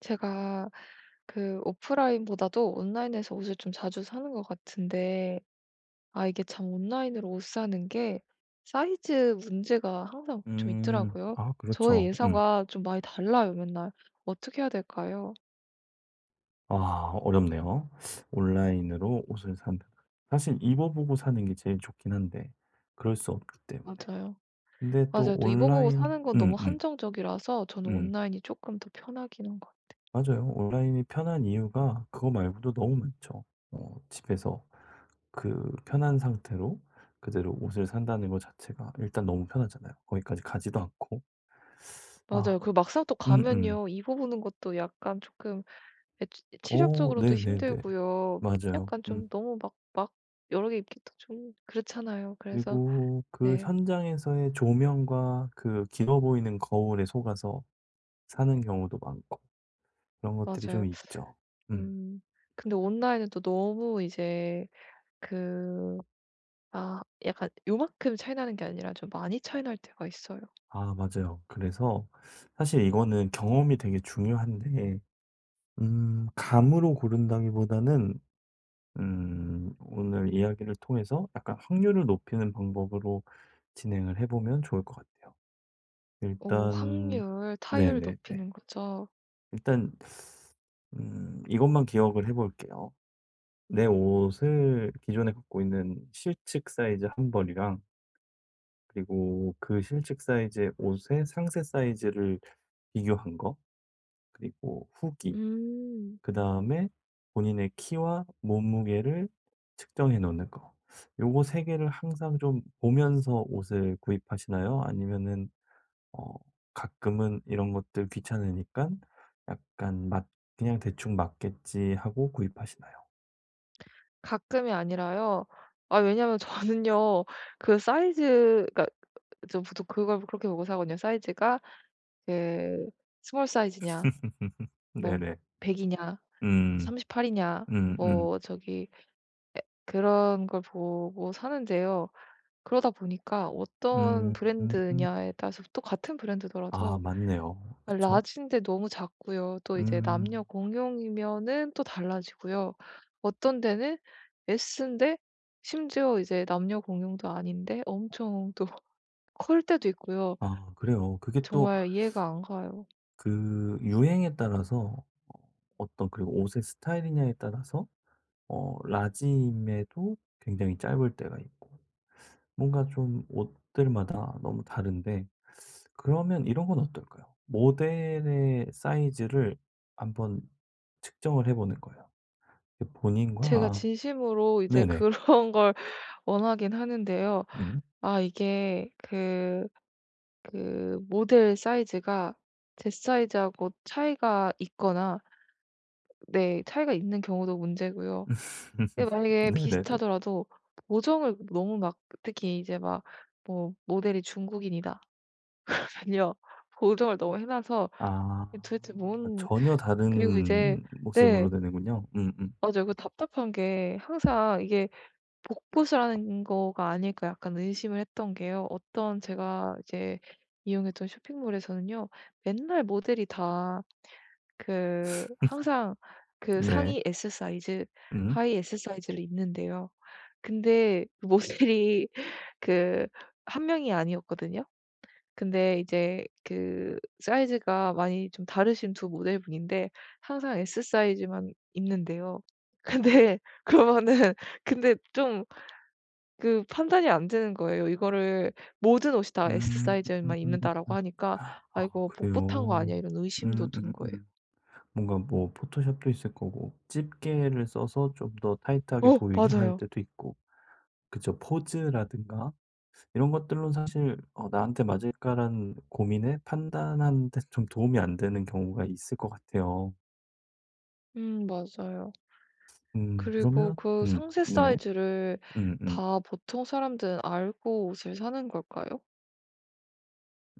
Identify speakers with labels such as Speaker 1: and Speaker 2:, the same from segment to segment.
Speaker 1: 제가 그 오프라인보다도 온라인에서 옷을 좀 자주 사는 것 같은데 아 이게 참 온라인으로 옷 사는 게 사이즈 문제가 항상 좀 있더라고요.
Speaker 2: 아
Speaker 1: 저의
Speaker 2: 그렇죠.
Speaker 1: 예상과 좀 많이 달라요, 맨날. 어떻게 해야 될까요?
Speaker 2: 아 어렵네요. 온라인으로 옷을 산다. 사실 입어 보고 사는 게 제일 좋긴 한데 그럴 수 없기 때문에.
Speaker 1: 맞아요.
Speaker 2: 근데 또
Speaker 1: 맞아요. 또 입어보고
Speaker 2: 온라인
Speaker 1: 사는 건 너무
Speaker 2: 음음.
Speaker 1: 한정적이라서 저는
Speaker 2: 음.
Speaker 1: 온라인이 조금 더 편하긴 한 것 같아요.
Speaker 2: 맞아요. 온라인이 편한 이유가 그거 말고도 너무 많죠. 집에서 그 편한 상태로 그대로 옷을 산다는 것 자체가 일단 너무 편하잖아요. 거기까지 가지도 않고. 아.
Speaker 1: 맞아요. 그리고 막상 또
Speaker 2: 음 음.
Speaker 1: 가면요 입어보는 것도 약간 조금 예 치
Speaker 2: 오,
Speaker 1: 체력적으로도
Speaker 2: 네네네.
Speaker 1: 힘들고요.
Speaker 2: 맞아요.
Speaker 1: 약간 좀 너무 막 여러 개 입기도 좀 그렇잖아요. 그래서
Speaker 2: 그리고 그
Speaker 1: 네
Speaker 2: 현장에서의 조명과 그 길어 보이는 거울에 속아서 사는 경우도 많고 그런 것들이 좀
Speaker 1: 맞아요.
Speaker 2: 있죠. 음.
Speaker 1: 음 근데 온라인은 또 너무 이제 그 아 약간 요만큼 차이 나는 게 아니라 좀 많이 차이 날 때가 있어요.
Speaker 2: 아 맞아요. 그래서 사실 이거는 경험이 되게 중요한데 감으로 고른다기보다는 오늘 이야기를 통해서 약간 확률을 높이는 방법으로 진행을 해 보면 좋을 것 같아요.
Speaker 1: 오
Speaker 2: 일단
Speaker 1: 확률, 타율을
Speaker 2: 네네네.
Speaker 1: 높이는 거죠.
Speaker 2: 일단 이것만 기억을 해 볼게요. 내 옷을 기존에 갖고 있는 실측 사이즈 한 벌이랑 그리고 그 실측 사이즈의 옷의 상세 사이즈를 비교한 거, 그리고 후기,
Speaker 1: 음.
Speaker 2: 그다음에 본인의 키와 몸무게를 측정해 놓는 거. 요거 세 개를 항상 좀 보면서 옷을 구입하시나요? 아니면은 어 가끔은 이런 것들 귀찮으니까 약간 맞 '그냥 대충 맞겠지.' 하고 구입하시나요?
Speaker 1: 가끔이 아니라요. 아 왜냐면 저는요 그 사이즈 가러 보통 그걸 그렇게 보고 사거든요. 사이즈가 그 스몰 사이즈냐 뭐
Speaker 2: 네네.
Speaker 1: 100 이냐
Speaker 2: 음.
Speaker 1: 38 이냐
Speaker 2: 음음.
Speaker 1: 뭐 저기 그런 걸 보고 사는데요. 그러다 보니까 어떤
Speaker 2: 음.
Speaker 1: 브랜드냐에 따라서 또 같은
Speaker 2: 아
Speaker 1: 브랜드더라도
Speaker 2: 맞네요.
Speaker 1: 아
Speaker 2: 그쵸?
Speaker 1: 라지인데 너무 작고요. 또 이제 남녀
Speaker 2: 음.
Speaker 1: 공용이면은 또 달라지고요. 어떤 데는 S인데 심지어 이제 남녀 공용도 아닌데 엄청 또 클 때도 있고요.
Speaker 2: 아 그래요. 그게 또
Speaker 1: 정말 이해가 안 가요.
Speaker 2: 그 유행에 따라서 어떤 그리고 옷의 스타일이냐에 따라서 라짐에도 굉장히 짧을 때가 있고 뭔가 좀 옷들마다 너무 다른데 그러면 이런 건 어떨까요? 모델의 사이즈를 한번 측정을 해 보는 거예요. 그
Speaker 1: 제가
Speaker 2: 본인과
Speaker 1: 진심으로 이제
Speaker 2: 네네.
Speaker 1: 그런 걸 원하긴 하는데요.
Speaker 2: 음.
Speaker 1: 아 이게 그 모델 사이즈가 제 사이즈하고 차이가 있거나 네 차이가 있는 경우도 문제고요. 근데 만약에
Speaker 2: 네네네.
Speaker 1: 비슷하더라도 보정을 너무 막 특히 이제 막 뭐 모델이 중국인이다 아니요 보정을 너무 해 놔서
Speaker 2: 아.
Speaker 1: 도대체 뭔
Speaker 2: 전혀
Speaker 1: 그리고 이제
Speaker 2: 다른 모습으로
Speaker 1: 네.
Speaker 2: 되는군요. 음음.
Speaker 1: 맞아요. 그 답답한 게 항상 이게 복붙을 하는 거가 아닐까 약간 의심을 했던 게요. 어떤 제가 이제 이용했던 쇼핑몰에서는요. 맨날 모델이 다 그 항상 그
Speaker 2: 네.
Speaker 1: 상의 S 사이즈,
Speaker 2: 음.
Speaker 1: 하의 S 사이즈를 입는데요. 근데 그 모델이 그 한 명이 아니었거든요. 근데 이제 그 사이즈가 많이 좀 다르신 두 모델분인데 항상 S 사이즈만 입는데요. 근데 그러면은 근데 좀 그 판단이 안 되는 거예요. 이거를 모든 옷이 다 S
Speaker 2: 음.
Speaker 1: 사이즈만 입는다라고 하니까 '아
Speaker 2: 아
Speaker 1: 이거 복붙 한 거
Speaker 2: 그래요.
Speaker 1: 아니야?' 이런 의심도 든 거예요.
Speaker 2: 음음음. 뭔가 뭐 포토샵도 있을 거고 집게를 써서 좀 더 타이트하게
Speaker 1: 어
Speaker 2: 보이게 할
Speaker 1: 맞아요.
Speaker 2: 때도 있고 그쵸. 포즈라든가 이런 것들로 사실 '나한테 맞을까?'라는 고민에 판단하는 데 좀 도움이 안 되는 경우가 있을 것 같아요.
Speaker 1: 맞아요. 그리고
Speaker 2: 그러면
Speaker 1: 그 상세
Speaker 2: 네.
Speaker 1: 사이즈를
Speaker 2: 음음.
Speaker 1: 다 보통 사람들은 알고 옷을 사는 걸까요?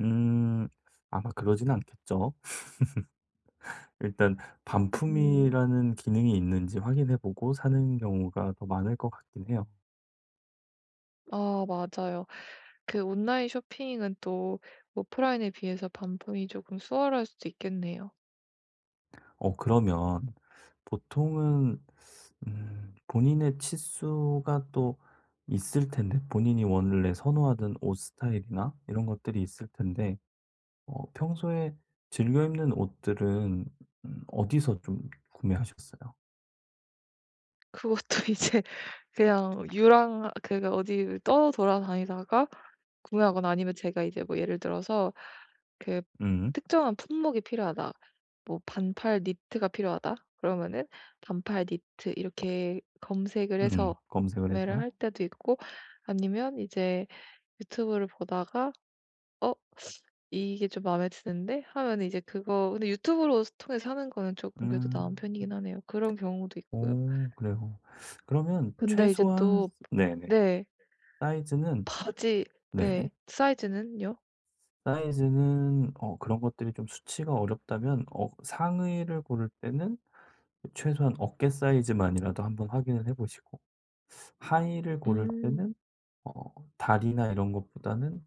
Speaker 2: 음. 아마 그러진 않겠죠. 일단
Speaker 1: 음.
Speaker 2: 반품이라는 기능이 있는지 확인해 보고 사는 경우가 더 많을 것 같긴 해요.
Speaker 1: 아 맞아요. 그 온라인 쇼핑은 또 오프라인에 비해서 반품이 조금 수월할 수도 있겠네요.
Speaker 2: 그러면 보통은 본인의 치수가 또 있을 텐데 본인이 원래 선호하던 옷 스타일이나 이런 것들이 있을 텐데 평소에 즐겨 입는 옷들은 어디서 좀 구매하셨어요?
Speaker 1: 그것도 이제 그냥 유랑 그러니까 어디 떠돌아다니다가 구매하거나 아니면 제가 이제 뭐 예를 들어서 그
Speaker 2: 음.
Speaker 1: 특정한 품목이 필요하다. 뭐 반팔 니트가 필요하다. 그러면은 반팔 니트 이렇게 검색을 해서
Speaker 2: 검색을
Speaker 1: 구매를
Speaker 2: 해서.
Speaker 1: 할 때도 있고 아니면 이제 유튜브를 보다가 '어 이게 좀 마음에 드는데?' 하면은 이제 그거 근데 유튜브로 통해서 사는 거는 조금 그래도 나은
Speaker 2: 음.
Speaker 1: 편이긴 하네요. 그런 경우도 있고요.
Speaker 2: 오 그래요. 그러면
Speaker 1: 근데 이제
Speaker 2: 최소한
Speaker 1: 또
Speaker 2: 네네.
Speaker 1: 네.
Speaker 2: 사이즈는
Speaker 1: 바지
Speaker 2: 네.
Speaker 1: 네. 사이즈는요?
Speaker 2: 사이즈는 그런 것들이 좀 수치가 어렵다면 상의를 고를 때는 최소한 어깨 사이즈만이라도 한번 확인을 해 보시고 하의를 고를
Speaker 1: 음.
Speaker 2: 때는 다리나 이런 것보다는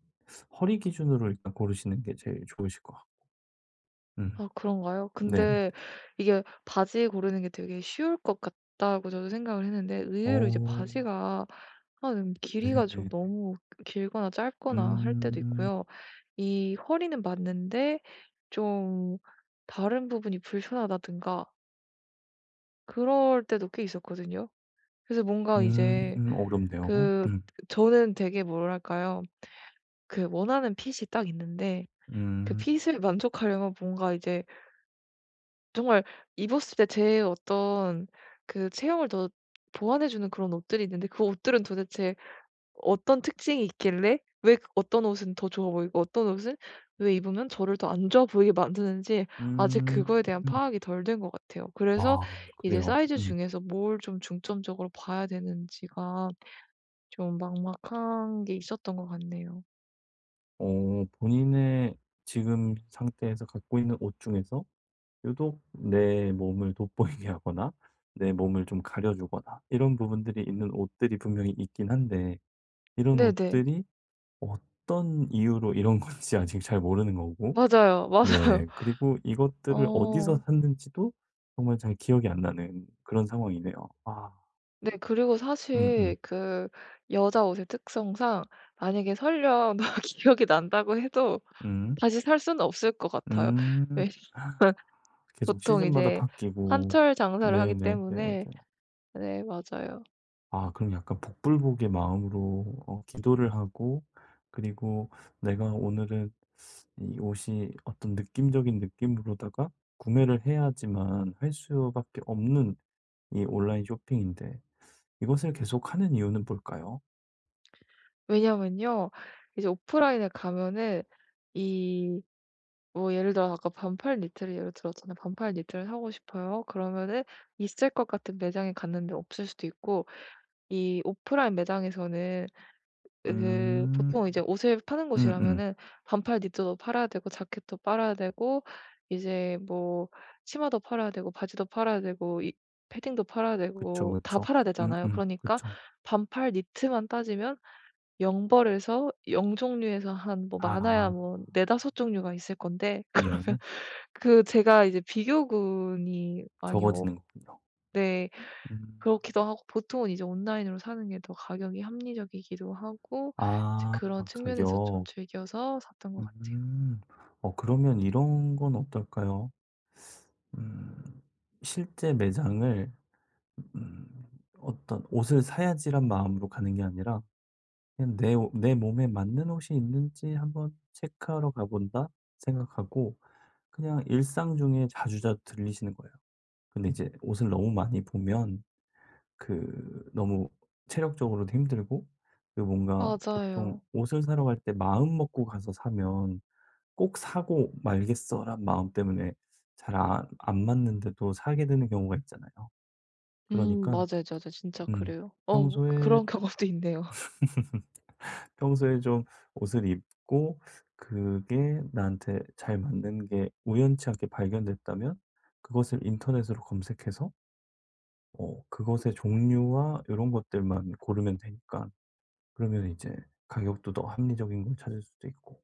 Speaker 2: 허리 기준으로 일단 고르시는 게 제일 좋으실 것 같고. 음.
Speaker 1: 아 그런가요?
Speaker 2: 네네네.
Speaker 1: 근데 이게 바지 고르는 게 되게 쉬울 것 같다고 저도 생각을 했는데 의외로 이제
Speaker 2: 어
Speaker 1: 바지가 아 길이가 좀
Speaker 2: 네네네.
Speaker 1: 너무 길거나 짧거나 할 때도
Speaker 2: 음.
Speaker 1: 있고요. 이 허리는 맞는데 좀 다른 부분이 불편하다든가 그럴 때도 꽤 있었거든요. 그래서 뭔가 이제
Speaker 2: 어렵네요.
Speaker 1: 그 저는 되게 뭐랄까요? 그 원하는 핏이 딱 있는데 그
Speaker 2: 음.
Speaker 1: 핏을 만족하려면 뭔가 이제 정말 입었을 때 제 어떤 그 체형을 더 보완해 주는 그런 옷들이 있는데 그 옷들은 도대체 어떤 특징이 있길래 왜 그 어떤 옷은 더 좋아 보이고 어떤 옷은 왜 입으면 저를 더 안 좋아 보이게 만드는지 아직 그거에 대한
Speaker 2: 음.
Speaker 1: 파악이 덜 된 것 같아요. 그래서
Speaker 2: 아
Speaker 1: 이제
Speaker 2: 그래요.
Speaker 1: 사이즈 중에서 뭘 좀 중점적으로 봐야 되는지가 좀 막막한 게 있었던 것 같네요.
Speaker 2: 본인의 지금 상태에서 갖고 있는 옷 중에서 유독 내 몸을 돋보이게 하거나 내 몸을 좀 가려 주거나 이런 부분들이 있는 옷들이 분명히 있긴 한데 이런
Speaker 1: 네네.
Speaker 2: 옷들이 어떤 이유로 이런 건지 아직 잘 모르는 거고
Speaker 1: 맞아요, 맞아요.
Speaker 2: 네 그리고 이것들을 어디서
Speaker 1: 어.
Speaker 2: 샀는지도 정말 잘 기억이 안 나는 그런 상황이네요. 아.
Speaker 1: 네. 그리고
Speaker 2: 음 음.
Speaker 1: 사실 그 여자 옷의 특성상 만약에 설령 막 기억이 난다고 해도
Speaker 2: 음.
Speaker 1: 다시 살 수는 없을 것 같아요.
Speaker 2: 음.
Speaker 1: 왜
Speaker 2: 음. 계속
Speaker 1: 보통
Speaker 2: 시즌마다
Speaker 1: 이제
Speaker 2: 바뀌고.
Speaker 1: 한철 장사를 하기
Speaker 2: 네네네네.
Speaker 1: 때문에 네 맞아요.
Speaker 2: 아 그럼 약간 복불복의 마음으로 기도를 하고 그리고 내가 오늘은 이 옷이 어떤 느낌적인 느낌으로다가 구매를 해야지만 할 수밖에 없는 이 온라인 쇼핑인데 이것을 계속하는 이유는 뭘까요?
Speaker 1: 왜냐면요. 이제 오프라인에 가면은 이 뭐 예를 들어 아까 반팔 니트를 예를 들었잖아요. 반팔 니트를 사고 싶어요. 그러면은 있을 것 같은 매장에 갔는데 없을 수도 있고 이 오프라인 매장에서는 그
Speaker 2: 음.
Speaker 1: 보통 이제 옷을 파는
Speaker 2: 음음.
Speaker 1: 곳이라면은 반팔 니트도 팔아야 되고 자켓도 팔아야 되고 이제 뭐 치마도 팔아야 되고 바지도 팔아야 되고 이 패딩도 팔아야
Speaker 2: 그쵸,
Speaker 1: 되고 다
Speaker 2: 그쵸.
Speaker 1: 팔아야 되잖아요.
Speaker 2: 음음.
Speaker 1: 그러니까
Speaker 2: 그쵸.
Speaker 1: 반팔 니트만 따지면 0 벌에서 0 종류에서 한 뭐 많아야
Speaker 2: 아.
Speaker 1: 뭐 4-5 종류가 있을 건데
Speaker 2: 네.
Speaker 1: 그 제가 이제 비교군이 많이 없
Speaker 2: 적어지는 거군요.
Speaker 1: 네.
Speaker 2: 음.
Speaker 1: 그렇기도 하고 보통은 이제 온라인으로 사는 게 더 가격이 합리적이기도 하고 이제
Speaker 2: 아
Speaker 1: 그런 측면에서 좀
Speaker 2: 가격.
Speaker 1: 즐겨서 샀던 것 같아요.
Speaker 2: 음. 어 그러면 이런 건 어떨까요? 음. 실제 매장을 음 어떤 '옷을 사야지.'란 마음으로 가는 게 아니라 그냥 내 옷 '내 몸에 맞는 옷이 있는지 한번 체크하러 가 본다.' 생각하고 그냥 일상 중에 자주자주 들리시는 거예요. 근데 이제 옷을 너무 많이 보면 그 너무 체력적으로도 힘들고 그리고 뭔가 보통
Speaker 1: 맞아요.
Speaker 2: 옷을 사러 갈 때 마음 먹고 가서 사면 꼭 사고 말겠어란 마음 때문에 잘 안 맞는데도 사게 되는 경우가 있잖아요. 그러니까
Speaker 1: 맞아요, 맞아요. 진짜
Speaker 2: 음
Speaker 1: 그래요. 어
Speaker 2: 평소에
Speaker 1: 그런 경험도 있네요.
Speaker 2: 좀 옷을 입고 그게 나한테 잘 맞는 게 우연치 않게 발견됐다면 그것을 인터넷으로 검색해서 그것의 종류와 이런 것들만 고르면 되니까 그러면 이제 가격도 더 합리적인 걸 찾을 수도 있고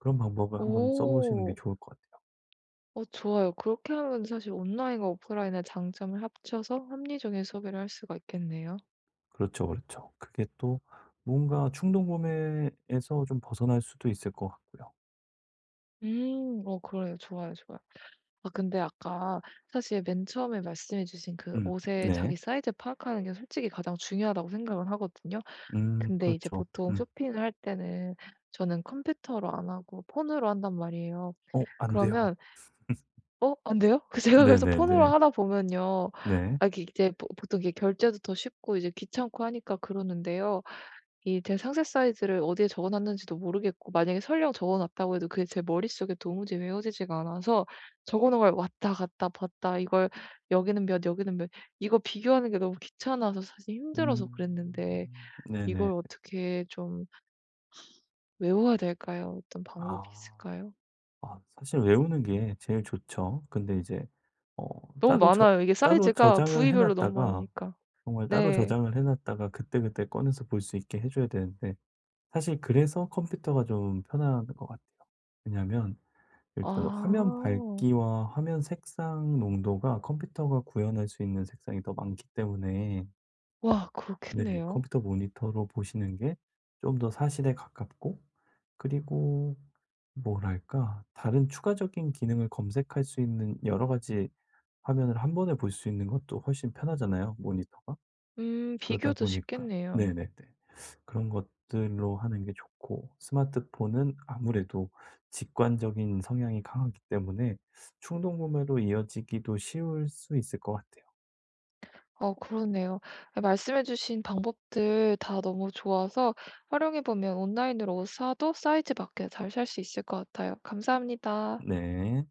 Speaker 2: 그런 방법을 한번 써 보시는 게
Speaker 1: 오.
Speaker 2: 좋을 것 같아요.
Speaker 1: 어 좋아요. 그렇게 하면 사실 온라인과 오프라인의 장점을 합쳐서 합리적인 소비를 할 수가 있겠네요.
Speaker 2: 그렇죠, 그렇죠. 그게 또 뭔가 충동 구매에서 좀 벗어날 수도 있을 것 같고요.
Speaker 1: 음. 어 그래요. 좋아요, 좋아요. 아 근데 아까 사실 맨 처음에 말씀해 주신 그
Speaker 2: 음.
Speaker 1: 옷의
Speaker 2: 네.
Speaker 1: 자기 사이즈 파악하는 게 솔직히 가장 중요하다고 생각을 하거든요. 근데 이제
Speaker 2: 그렇죠.
Speaker 1: 보통 쇼핑을 할 때는 저는 컴퓨터로 안 하고 폰으로 한단 말이에요.
Speaker 2: "어 안 돼요."
Speaker 1: 그러면 "어 안 돼요?" 제가 그래서 폰으로
Speaker 2: 네네네.
Speaker 1: 하다 보면요.
Speaker 2: 네.
Speaker 1: 아 이게 이제 보 보통 이게 결제도 더 쉽고 이제 귀찮고 하니까 그러는데요. 이 제 상세 사이즈를 어디에 적어 놨는지도 모르겠고 만약에 설령 적어 놨다고 해도 그게 제 머릿속에 도무지 외워지지가 않아서 적어 놓은 걸 왔다 갔다 봤다 이걸 여기는 몇 여기는 몇 이거 비교하는 게 너무 귀찮아서 사실 힘들어서
Speaker 2: 음.
Speaker 1: 그랬는데
Speaker 2: 네네.
Speaker 1: 이걸 어떻게 좀 외워야 될까요? 어떤 방법이
Speaker 2: 아.
Speaker 1: 있을까요?
Speaker 2: 아 사실 외우는 게 제일 좋죠. 근데 이제 어
Speaker 1: 너무
Speaker 2: 따로 저
Speaker 1: 많아요. 이게
Speaker 2: 따로
Speaker 1: 사이즈가
Speaker 2: 저장을 해
Speaker 1: 부위별로 너무
Speaker 2: 놨다가
Speaker 1: 많으니까.
Speaker 2: 정말 따로
Speaker 1: 네.
Speaker 2: 저장을 해 놨다가 그때그때 꺼내서 볼 수 있게 해 줘야 되는데 사실 그래서 컴퓨터가 좀 편한 것 같아요. 왜냐면 일단 화면
Speaker 1: 아.
Speaker 2: 밝기와 화면 색상 농도가 컴퓨터가 구현할 수 있는 색상이 더 많기 때문에
Speaker 1: 와
Speaker 2: 네,
Speaker 1: 그렇겠네요.
Speaker 2: 컴퓨터 모니터로 보시는 게 좀 더 사실에 가깝고 그리고 뭐랄까 다른 추가적인 기능을 검색할 수 있는 여러 가지 화면을 한 번에 볼 수 있는 것도 훨씬 편하잖아요, 모니터가. 그러다
Speaker 1: 비교도
Speaker 2: 보니까
Speaker 1: 쉽겠네요.
Speaker 2: 네네네. 그런 것들로 하는 게 좋고 스마트폰은 아무래도 직관적인 성향이 강하기 때문에 충동 구매로 이어지기도 쉬울 수 있을 것 같아요.
Speaker 1: 어 그러네요. 아 말씀해 주신 방법들 다 너무 좋아서 활용해 보면 온라인으로 옷 사도 사이즈 맞게 잘 살 수 있을 것 같아요. 감사합니다.
Speaker 2: 네.